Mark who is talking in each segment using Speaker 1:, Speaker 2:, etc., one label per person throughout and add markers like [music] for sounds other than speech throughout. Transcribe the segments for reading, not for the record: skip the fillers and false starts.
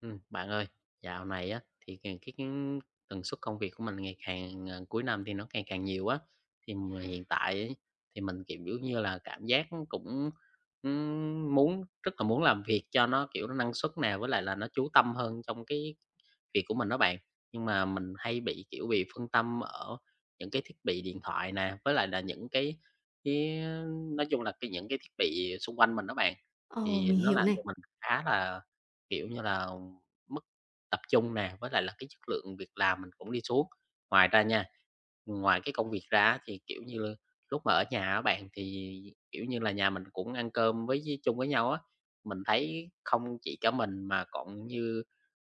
Speaker 1: Bạn ơi, dạo này á thì càng cái tần suất công việc của mình ngày càng, cuối năm thì nó ngày càng nhiều á. Thì mà hiện tại ấy thì mình, kiểu như là, cảm giác cũng, muốn rất là muốn làm việc cho nó, kiểu, nó năng suất nè, với lại là nó chú tâm hơn trong cái việc của mình đó bạn. Nhưng mà mình hay bị, kiểu, bị phân tâm ở những cái thiết bị điện thoại nè, với lại là những cái, nói chung là những cái thiết bị xung quanh mình đó bạn,
Speaker 2: Ồ,
Speaker 1: thì
Speaker 2: mình
Speaker 1: nó
Speaker 2: hiểu
Speaker 1: làm
Speaker 2: này.
Speaker 1: cho mình khá là, kiểu như là, mất tập trung nè, với lại là cái chất lượng việc làm mình cũng đi xuống. Ngoài ra nha, ngoài cái công việc ra thì, kiểu như, là lúc mà ở nhà á bạn thì, kiểu như là, nhà mình cũng ăn cơm với chung với nhau á, mình thấy không chỉ có mình mà còn như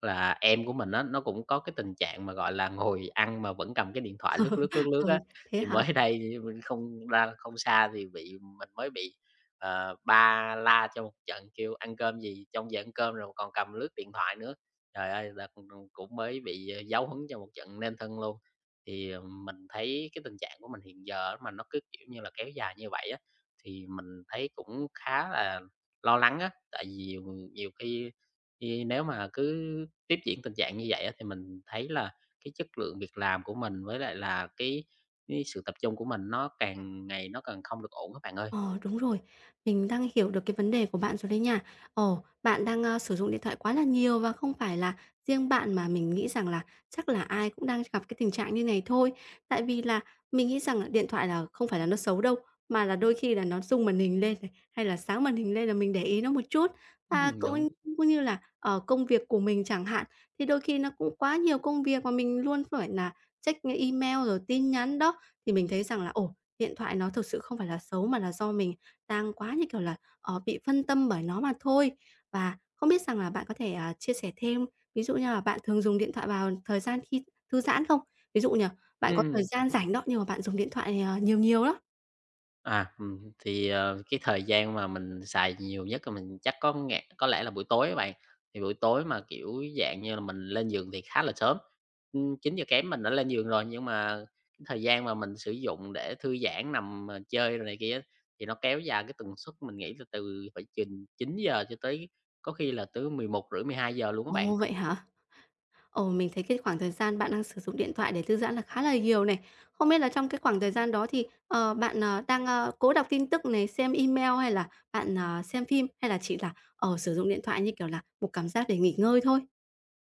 Speaker 1: là em của mình á, nó cũng có cái tình trạng mà, gọi là, ngồi ăn mà vẫn cầm cái điện thoại lướt, lướt, lướt,
Speaker 2: [laughs]
Speaker 1: lướt
Speaker 2: Ừ,
Speaker 1: á.
Speaker 2: thế
Speaker 1: Thì
Speaker 2: hả?
Speaker 1: mới [laughs] đây mình không ra không xa thì mình mới bị ba la cho một trận, kêu "Ăn cơm gì?" Trong giờ ăn cơm rồi còn cầm lướt điện thoại nữa. Trời ơi, là cũng cũng mới bị, giáo huấn cho một trận nên thân luôn. Thì, mình thấy cái tình trạng của mình hiện giờ á, mà nó cứ, kiểu như là, kéo dài như vậy á, thì mình thấy cũng khá là lo lắng á. Tại vì nhiều khi khi nếu mà cứ tiếp diễn tình trạng như vậy á, thì mình thấy là cái chất lượng việc làm của mình với lại là cái sự tập trung của mình nó càng ngày nó càng không được ổn các bạn ơi.
Speaker 2: Ờ, đúng rồi. Mình đang hiểu được cái vấn đề của bạn rồi đấy nha. Ờ, bạn đang, sử dụng điện thoại quá là nhiều và không phải là riêng bạn mà mình nghĩ rằng là chắc là ai cũng đang gặp cái tình trạng như này thôi. Tại vì là mình nghĩ rằng là điện thoại là không phải là nó xấu đâu, mà là đôi khi là nó rung màn hình lên này, hay là sáng màn hình lên là mình để ý nó một chút. Và
Speaker 1: [laughs] Đúng.
Speaker 2: cũng cũng như là, ở công việc của mình chẳng hạn, thì đôi khi nó cũng quá nhiều công việc mà mình luôn phải là check email rồi tin nhắn đó, thì mình thấy rằng là, ồ, điện thoại nó thực sự không phải là xấu mà là do mình đang quá, như kiểu là, bị phân tâm bởi nó mà thôi. Và không biết rằng là bạn có thể, chia sẻ thêm, ví dụ như là bạn thường dùng điện thoại vào thời gian khi thư giãn không? Ví dụ nhỉ, bạn có thời
Speaker 1: Ừm.
Speaker 2: gian rảnh đó, nhưng mà bạn dùng điện thoại, nhiều nhiều đó.
Speaker 1: À, thì, cái thời gian mà mình xài nhiều nhất là mình chắc có nghe có lẽ là buổi tối á bạn. Thì buổi tối mà, kiểu, dạng như là, mình lên giường thì khá là sớm. Ừ, chín giờ kém mình đã lên giường rồi, nhưng mà cái thời gian mà mình sử dụng để thư giãn, nằm, chơi rồi này kia thì nó kéo dài cái tần suất mình nghĩ là từ phải chừng chín giờ cho tới có khi là tới mười mười một rưỡi mười hai giờ luôn các bạn.
Speaker 2: Ồ, vậy hả? Ồ, mình thấy cái khoảng thời gian bạn đang sử dụng điện thoại để thư giãn là khá là nhiều này. Không biết là trong cái khoảng thời gian đó thì, bạn, đang, cố đọc tin tức này, xem email hay là bạn, xem phim hay là chỉ là, sử dụng điện thoại như kiểu là một cảm giác để nghỉ ngơi thôi?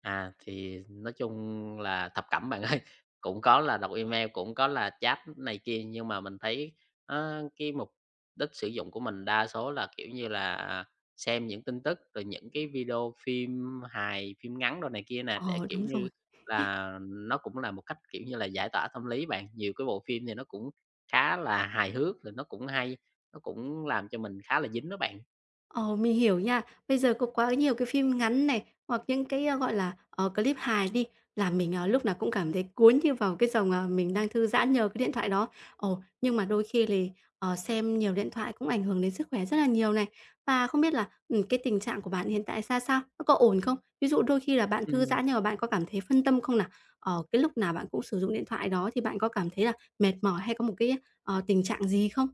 Speaker 1: À, thì nói chung là thập cẩm bạn ơi. [laughs] Cũng có là đọc email, cũng có là chat này kia, nhưng mà mình thấy, cái mục đích sử dụng của mình đa số là, kiểu như là, à, xem những tin tức, rồi những cái video phim hài, phim ngắn đồ này kia nè, để,
Speaker 2: Ồ
Speaker 1: kiểu
Speaker 2: đúng
Speaker 1: như
Speaker 2: rồi.
Speaker 1: là, nó cũng là một cách, kiểu như là, giải tỏa tâm lý bạn. Nhiều cái bộ phim thì nó cũng khá là hài hước, rồi nó cũng hay, nó cũng làm cho mình khá là dính đó bạn.
Speaker 2: Ờ, mình hiểu nha. Bây giờ có quá nhiều cái phim ngắn này, hoặc những cái, gọi là, clip hài đi, làm mình, lúc nào cũng cảm thấy cuốn như vào cái dòng, mình đang thư giãn nhờ cái điện thoại đó. Ồ, nhưng mà đôi khi thì xem nhiều điện thoại cũng ảnh hưởng đến sức khỏe rất là nhiều này. Và không biết là, cái tình trạng của bạn hiện tại ra sao? Nó có ổn không? Ví dụ đôi khi là bạn thư
Speaker 1: Ừm.
Speaker 2: giãn nhưng mà bạn có cảm thấy phân tâm không nào? Ờ, cái lúc nào bạn cũng sử dụng điện thoại đó thì bạn có cảm thấy là mệt mỏi hay có một cái, tình trạng gì không?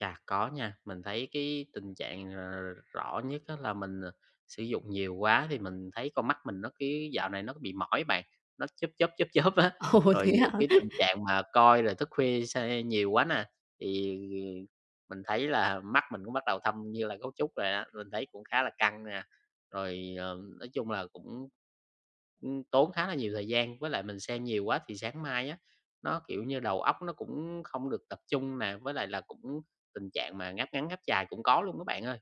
Speaker 1: Chà, có nha. Mình thấy cái tình trạng, rõ nhất á là mình, sử dụng nhiều quá thì mình thấy con mắt mình nó cứ dạo này nó bị mỏi bạn, nó chớp chớp, chớp [laughs] chớp á.
Speaker 2: [laughs] Ồ, thế
Speaker 1: Rồi,
Speaker 2: hả?
Speaker 1: cái tình trạng mà coi rồi thức khuya xe nhiều quá nè, thì ừ, mình thấy là mắt mình cũng bắt đầu thâm như là gấu trúc rồi á, mình thấy cũng khá là căng nè. Rồi, nói chung là cũng, tốn khá là nhiều thời gian, với lại mình xem nhiều quá thì sáng mai á, nó, kiểu như, đầu óc nó cũng không được tập trung nè, với lại là cũng tình trạng mà ngáp ngắn ngáp dài cũng có luôn các bạn ơi.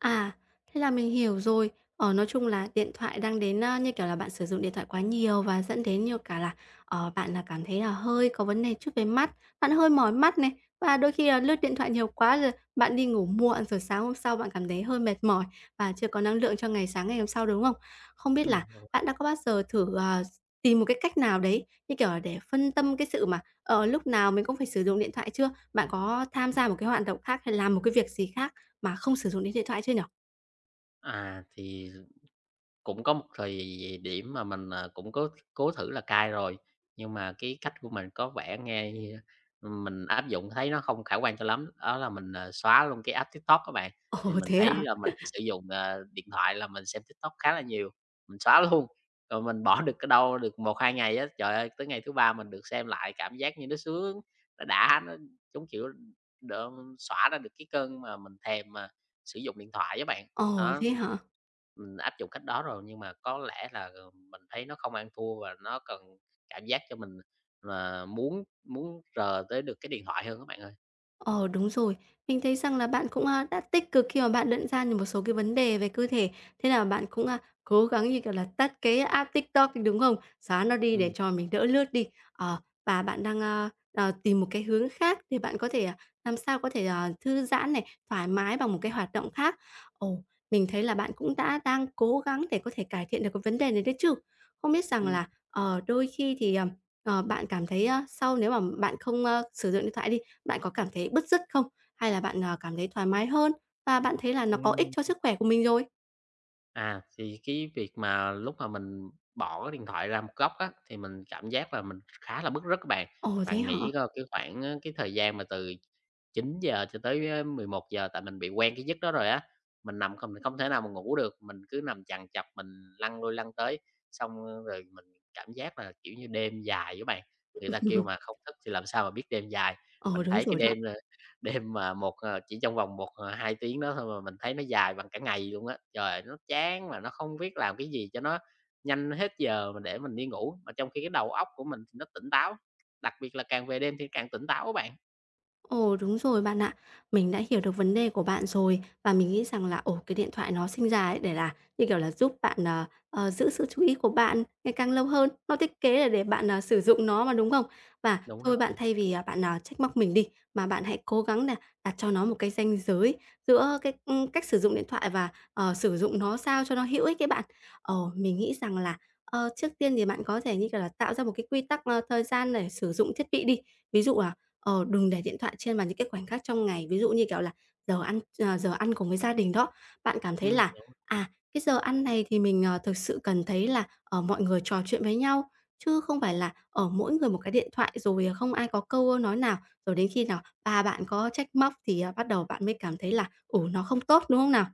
Speaker 2: À, thế là mình hiểu rồi. Ờ, nói chung là điện thoại đang đến, như kiểu là, bạn sử dụng điện thoại quá nhiều và dẫn đến nhiều cả là, bạn là cảm thấy là hơi có vấn đề chút về mắt, bạn hơi mỏi mắt này, và đôi khi là lướt điện thoại nhiều quá rồi bạn đi ngủ muộn, rồi sáng hôm sau bạn cảm thấy hơi mệt mỏi và chưa có năng lượng cho ngày sáng ngày hôm sau, đúng không? Không biết
Speaker 1: Ừm,
Speaker 2: là bạn đã có bao giờ thử, tìm một cái cách nào đấy, như kiểu là, để phân tâm cái sự mà, ở lúc nào mình cũng phải sử dụng điện thoại chưa? Bạn có tham gia một cái hoạt động khác hay làm một cái việc gì khác mà không sử dụng đến điện thoại chưa nhỉ?
Speaker 1: à, thì cũng có một thời điểm mà mình, à, cũng cố cố thử là cai rồi, nhưng mà cái cách của mình có vẻ nghe, mình áp dụng thấy nó không khả quan cho lắm. Đó là mình, xóa luôn cái app TikTok các bạn, thì
Speaker 2: Ồ,
Speaker 1: mình
Speaker 2: thế à?
Speaker 1: thấy là mình sử dụng, điện thoại là mình xem TikTok khá là nhiều, mình xóa luôn, rồi mình bỏ được cái đâu được một hai ngày á, trời ơi, tới ngày thứ 3 mình được xem lại cảm giác như nó sướng, nó đã, nó, giống kiểu, đ xóa ra được cái cơn mà mình thèm mà sử dụng điện thoại với bạn.
Speaker 2: Ồ,
Speaker 1: Đó,
Speaker 2: thế hả?
Speaker 1: mình áp dụng cách đó rồi, nhưng mà có lẽ là, mình thấy nó không ăn thua và nó cần cảm giác cho mình là muốn muốn rờ tới được cái điện thoại hơn các bạn ơi.
Speaker 2: Ờ, đúng rồi. Mình thấy rằng là bạn cũng, đã tích cực khi mà bạn nhận ra được một số cái vấn đề về cơ thể, thế là bạn cũng, cố gắng, như kiểu là, tắt cái app TikTok đi, đúng không? Xóa nó đi để
Speaker 1: Ừm.
Speaker 2: cho mình đỡ lướt đi. Ờ, và bạn đang, tìm một cái hướng khác để bạn có thể, làm sao có thể, thư giãn này, thoải mái bằng một cái hoạt động khác. Ồ, mình thấy là bạn cũng đã đang cố gắng để có thể cải thiện được cái vấn đề này đấy chứ. Không biết rằng
Speaker 1: Ừm.
Speaker 2: là, đôi khi thì, bạn cảm thấy, sau nếu mà bạn không, sử dụng điện thoại đi, bạn có cảm thấy bứt rứt không? Hay là bạn, cảm thấy thoải mái hơn và bạn thấy là nó có ích
Speaker 1: Ừm.
Speaker 2: cho sức khỏe của mình rồi?
Speaker 1: À, thì cái việc mà lúc mà mình bỏ cái điện thoại ra một góc á, thì mình cảm giác là mình khá là bứt rứt các bạn.
Speaker 2: Ồ, thế
Speaker 1: Bạn
Speaker 2: hả?
Speaker 1: nghĩ coi cái khoảng á, cái thời gian mà từ chín giờ cho tới, mười một giờ tại mình bị quen cái giấc đó rồi á, mình nằm không mình không thể nào mà ngủ được, mình cứ nằm chằn trọc, mình lăn lui lăn tới, xong, rồi mình cảm giác là, kiểu như, đêm dài á bạn, người ta kêu mà
Speaker 2: [laughs]
Speaker 1: không thức thì làm sao mà biết đêm dài.
Speaker 2: Ồ
Speaker 1: Mình
Speaker 2: đúng
Speaker 1: thấy cái
Speaker 2: rồi đó.
Speaker 1: đêm là đêm mà một, ờ chỉ trong vòng 2 tiếng đó thôi mà mình thấy nó dài bằng cả ngày luôn á. Trời, nó chán mà nó không biết làm cái gì cho nó nhanh hết giờ mà để mình đi ngủ, mà trong khi cái đầu óc của mình thì nó tỉnh táo, đặc biệt là càng về đêm thì càng tỉnh táo á bạn.
Speaker 2: Ồ, đúng rồi bạn ạ. Mình đã hiểu được vấn đề của bạn rồi và mình nghĩ rằng là, ồ, cái điện thoại nó sinh ra ấy để là, như kiểu là, giúp bạn, giữ sự chú ý của bạn ngày càng lâu hơn. Nó thiết kế là để bạn, sử dụng nó mà, đúng không? Và
Speaker 1: Đúng rồi,
Speaker 2: thôi bạn thay vì, bạn, trách móc mình đi, mà bạn hãy cố gắng là đặt cho nó một cái ranh giới giữa cái, cách sử dụng điện thoại và, sử dụng nó sao cho nó hữu ích ấy bạn. Ồ mình nghĩ rằng là, trước tiên thì bạn có thể, như kiểu là, tạo ra một cái quy tắc, thời gian để sử dụng thiết bị đi. Ví dụ, là đừng để điện thoại trên vào những cái khoảnh khắc trong ngày, ví dụ như, kiểu là, giờ ăn, giờ ăn cùng với gia đình đó. Bạn cảm thấy là,
Speaker 1: đúng,
Speaker 2: à, cái giờ ăn này thì mình, thực sự cần thấy là, ở mọi người trò chuyện với nhau, chứ không phải là, ở mỗi người một cái điện thoại rồi, không ai có câu nói nào, rồi đến khi nào ba bạn có trách móc thì, bắt đầu bạn mới cảm thấy là, ủ nó không tốt, đúng không nào?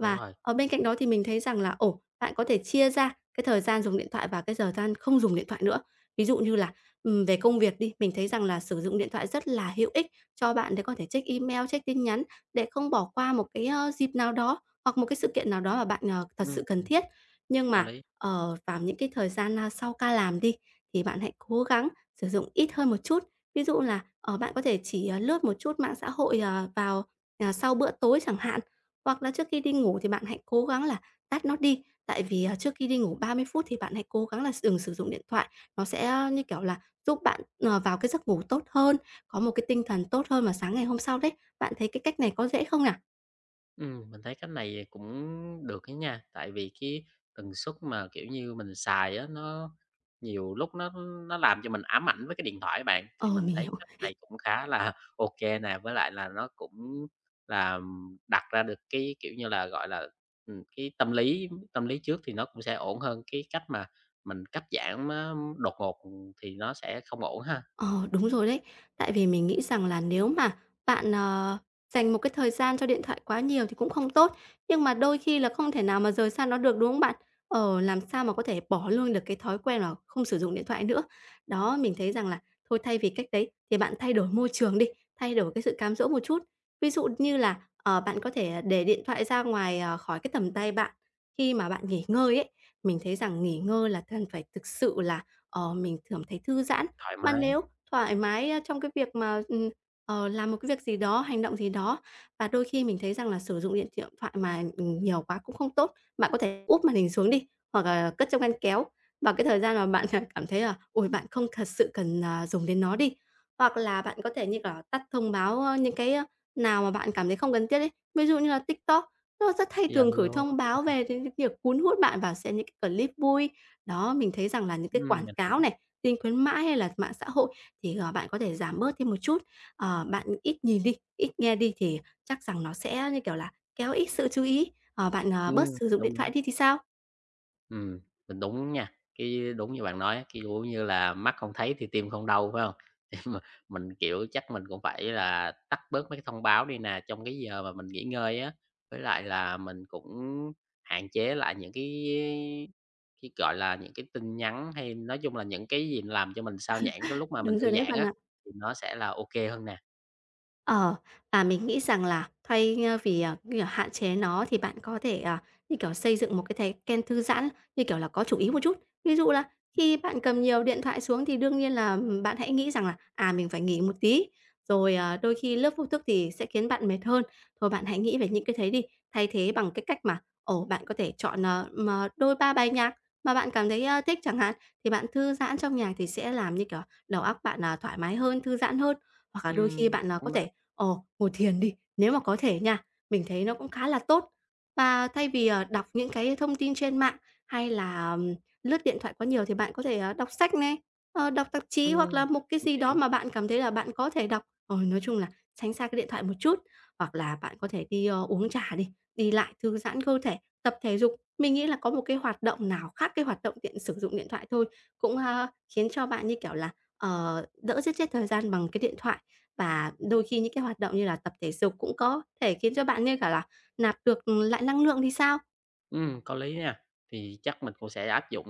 Speaker 1: đúng rồi,
Speaker 2: ở bên cạnh đó thì mình thấy rằng là, ồ, bạn có thể chia ra cái thời gian dùng điện thoại và cái thời gian không dùng điện thoại nữa. Ví dụ như là, về công việc đi, mình thấy rằng là sử dụng điện thoại rất là hữu ích cho bạn để có thể check email, check tin nhắn để không bỏ qua một cái, dịp nào đó hoặc một cái sự kiện nào đó mà bạn, thật sự
Speaker 1: ừm,
Speaker 2: cần thiết. Nhưng
Speaker 1: có
Speaker 2: mà,
Speaker 1: lý.
Speaker 2: ờ, vào những cái thời gian, sau ca làm đi, thì bạn hãy cố gắng sử dụng ít hơn một chút. Ví dụ là, bạn có thể chỉ, lướt một chút mạng xã hội, vào, sau bữa tối chẳng hạn, hoặc là trước khi đi ngủ thì bạn hãy cố gắng là tắt nó đi, tại vì, trước khi đi ngủ 30 phút thì bạn hãy cố gắng là đừng sử dụng điện thoại, nó sẽ, như kiểu là, giúp bạn, vào cái giấc ngủ tốt hơn, có một cái tinh thần tốt hơn mà sáng ngày hôm sau đấy. Bạn thấy cái cách này có dễ không nào?
Speaker 1: Mình thấy cách này cũng được đấy nha, tại vì cái tần suất mà, kiểu như, mình xài á, nó nhiều lúc nó làm cho mình ám ảnh với cái điện thoại bạn,
Speaker 2: Ờ,
Speaker 1: thì mình
Speaker 2: mình
Speaker 1: thấy
Speaker 2: hiểu
Speaker 1: cách này cũng khá là [laughs] ok nè, với lại là nó cũng là đặt ra được cái, kiểu như là, gọi là, cái tâm lý trước thì nó cũng sẽ ổn hơn, cái cách mà mình cắt giảm á đột ngột, thì nó sẽ không ổn ha,
Speaker 2: Ờ, đúng rồi đấy. Tại vì mình nghĩ rằng là nếu mà bạn, dành một cái thời gian cho điện thoại quá nhiều thì cũng không tốt, nhưng mà đôi khi là không thể nào mà rời xa nó được, đúng không bạn? Làm sao mà có thể bỏ luôn được cái thói quen là không sử dụng điện thoại nữa. Đó, mình thấy rằng là thôi thay vì cách đấy thì bạn thay đổi môi trường đi, thay đổi cái sự cám dỗ một chút. Ví dụ như là, bạn có thể để điện thoại ra ngoài, khỏi cái tầm tay bạn khi mà bạn nghỉ ngơi ấy. Mình thấy rằng nghỉ ngơi là cần phải thực sự là, mình cảm thấy thư giãn
Speaker 1: thoải
Speaker 2: mà
Speaker 1: mái,
Speaker 2: nếu thoải mái, trong cái việc mà, làm một cái việc gì đó, hành động gì đó và đôi khi mình thấy rằng là sử dụng điện điện thoại mà, nhiều quá cũng không tốt, bạn có thể úp màn hình xuống đi, hoặc là cất trong ngăn kéo vào cái thời gian mà bạn, [laughs] cảm thấy là, ôi, bạn không thật sự cần, dùng đến nó đi. Hoặc là bạn có thể như, là, tắt thông báo, những cái, nào mà bạn cảm thấy không cần thiết ấy. Ví dụ như là TikTok, nó rất hay thường gửi
Speaker 1: Zalo,
Speaker 2: thông
Speaker 1: đúng
Speaker 2: báo
Speaker 1: rồi,
Speaker 2: về những cái việc cuốn hút bạn vào xem những cái clip vui, Đó, mình thấy rằng là những cái quảng
Speaker 1: mình hiểu,
Speaker 2: cáo này, tin khuyến mãi hay là mạng xã hội thì, bạn có thể giảm bớt thêm một chút. Bạn ít nhìn đi, ít nghe đi thì chắc rằng nó sẽ, như kiểu là, kéo ít sự chú ý, bạn, bớt
Speaker 1: ừm,
Speaker 2: sử dụng điện
Speaker 1: đúng,
Speaker 2: thoại
Speaker 1: đúng.
Speaker 2: đi thì sao?
Speaker 1: Ừm, mình đúng nha, cái đúng như bạn nói á, cái, kiểu như là, mắt không thấy thì tim không đau, phải không? [laughs] Thì mà mình, kiểu, chắc mình cũng phải là tắt bớt mấy cái thông báo đi nè, trong cái giờ mà mình nghỉ ngơi á, với lại là mình cũng hạn chế lại những gọi là, những cái tin nhắn hay nói chung là những cái gì làm cho mình sao nhãng cái lúc mà mình
Speaker 2: Đúng
Speaker 1: thư
Speaker 2: rồi đấy
Speaker 1: giãn
Speaker 2: bạn
Speaker 1: á,
Speaker 2: ạ.
Speaker 1: thì nó sẽ là ok hơn nè.
Speaker 2: Ờ, và mình nghĩ rằng là thay vì, như kiểu, hạn chế nó thì bạn có thể, như kiểu, xây dựng một cái thói quen thư giãn, như kiểu là, có chủ ý một chút. Ví dụ là khi bạn cầm nhiều điện thoại xuống thì đương nhiên là, bạn hãy nghĩ rằng là, mình phải nghỉ một tí, rồi, đôi khi lướt Facebook thì sẽ khiến bạn mệt hơn. Thôi bạn hãy nghĩ về những cái thế đi, thay thế bằng cái cách mà, ồ, bạn có thể chọn, mà đôi ba bài nhạc mà bạn cảm thấy, thích chẳng hạn, thì bạn thư giãn trong nhạc thì sẽ làm, như kiểu, đầu óc bạn, thoải mái hơn, thư giãn hơn. Hoặc là đôi khi bạn, có
Speaker 1: Đúng đó,
Speaker 2: thể Ờ, ngồi thiền đi, nếu mà có thể nha, mình thấy nó cũng khá là tốt. Và thay vì, đọc những cái thông tin trên mạng hay là, lướt điện thoại quá nhiều thì bạn có thể, đọc sách này, đọc tạp chí hoặc
Speaker 1: ừm,
Speaker 2: là một cái
Speaker 1: mình
Speaker 2: gì đó
Speaker 1: hiểu.
Speaker 2: mà bạn cảm thấy là bạn có thể đọc. Ờ, nói chung là tránh xa cái điện thoại một chút, hoặc là bạn có thể đi, uống trà đi, đi lại thư giãn cơ thể, tập thể dục. Mình nghĩ là có một cái hoạt động nào khác cái hoạt động tiện sử dụng điện thoại thôi, cũng, khiến cho bạn, như kiểu là, đỡ giết chết thời gian bằng cái điện thoại. Và đôi khi những cái hoạt động như là tập thể dục cũng có thể khiến cho bạn như, kiểu là, nạp được, lại năng lượng thì sao?
Speaker 1: Có lý nha. Thì chắc mình cũng sẽ áp dụng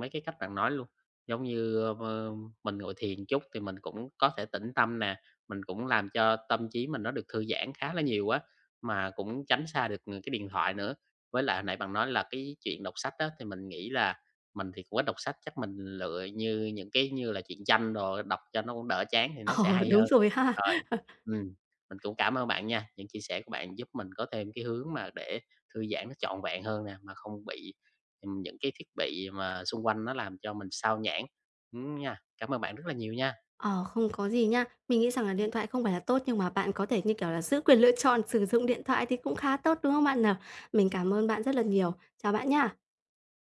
Speaker 1: mấy cái cách bạn nói luôn. Giống như, ơ, mình ngồi thiền chút thì mình cũng có thể tĩnh tâm nè, mình cũng làm cho tâm trí mình nó được thư giãn khá là nhiều á, mà cũng tránh xa được cái điện thoại nữa. Với lại hồi nãy bạn nói là cái chuyện đọc sách á, thì mình nghĩ là mình thì cũng ít đọc sách, chắc mình lựa như những cái như là truyện tranh đồ đọc cho nó cũng đỡ chán thì
Speaker 2: [laughs]
Speaker 1: nó sẽ
Speaker 2: Ờ,
Speaker 1: hay
Speaker 2: đúng
Speaker 1: hơn.
Speaker 2: rồi ha.
Speaker 1: Rồi,
Speaker 2: [laughs]
Speaker 1: ừm, mình cũng cảm ơn bạn nha, những chia sẻ của bạn giúp mình có thêm cái hướng mà để thư giãn nó trọn vẹn hơn nè, mà không bị, những cái thiết bị mà xung quanh nó làm cho mình sao nhãng, nha. Cảm ơn bạn rất là nhiều nha.
Speaker 2: Ờ, không có gì nha. Mình nghĩ rằng là điện thoại không phải là tốt nhưng mà bạn có thể, như kiểu là, giữ quyền lựa chọn sử dụng điện thoại thì cũng khá tốt, đúng không bạn nào? Mình cảm ơn bạn rất là nhiều. Chào bạn nha.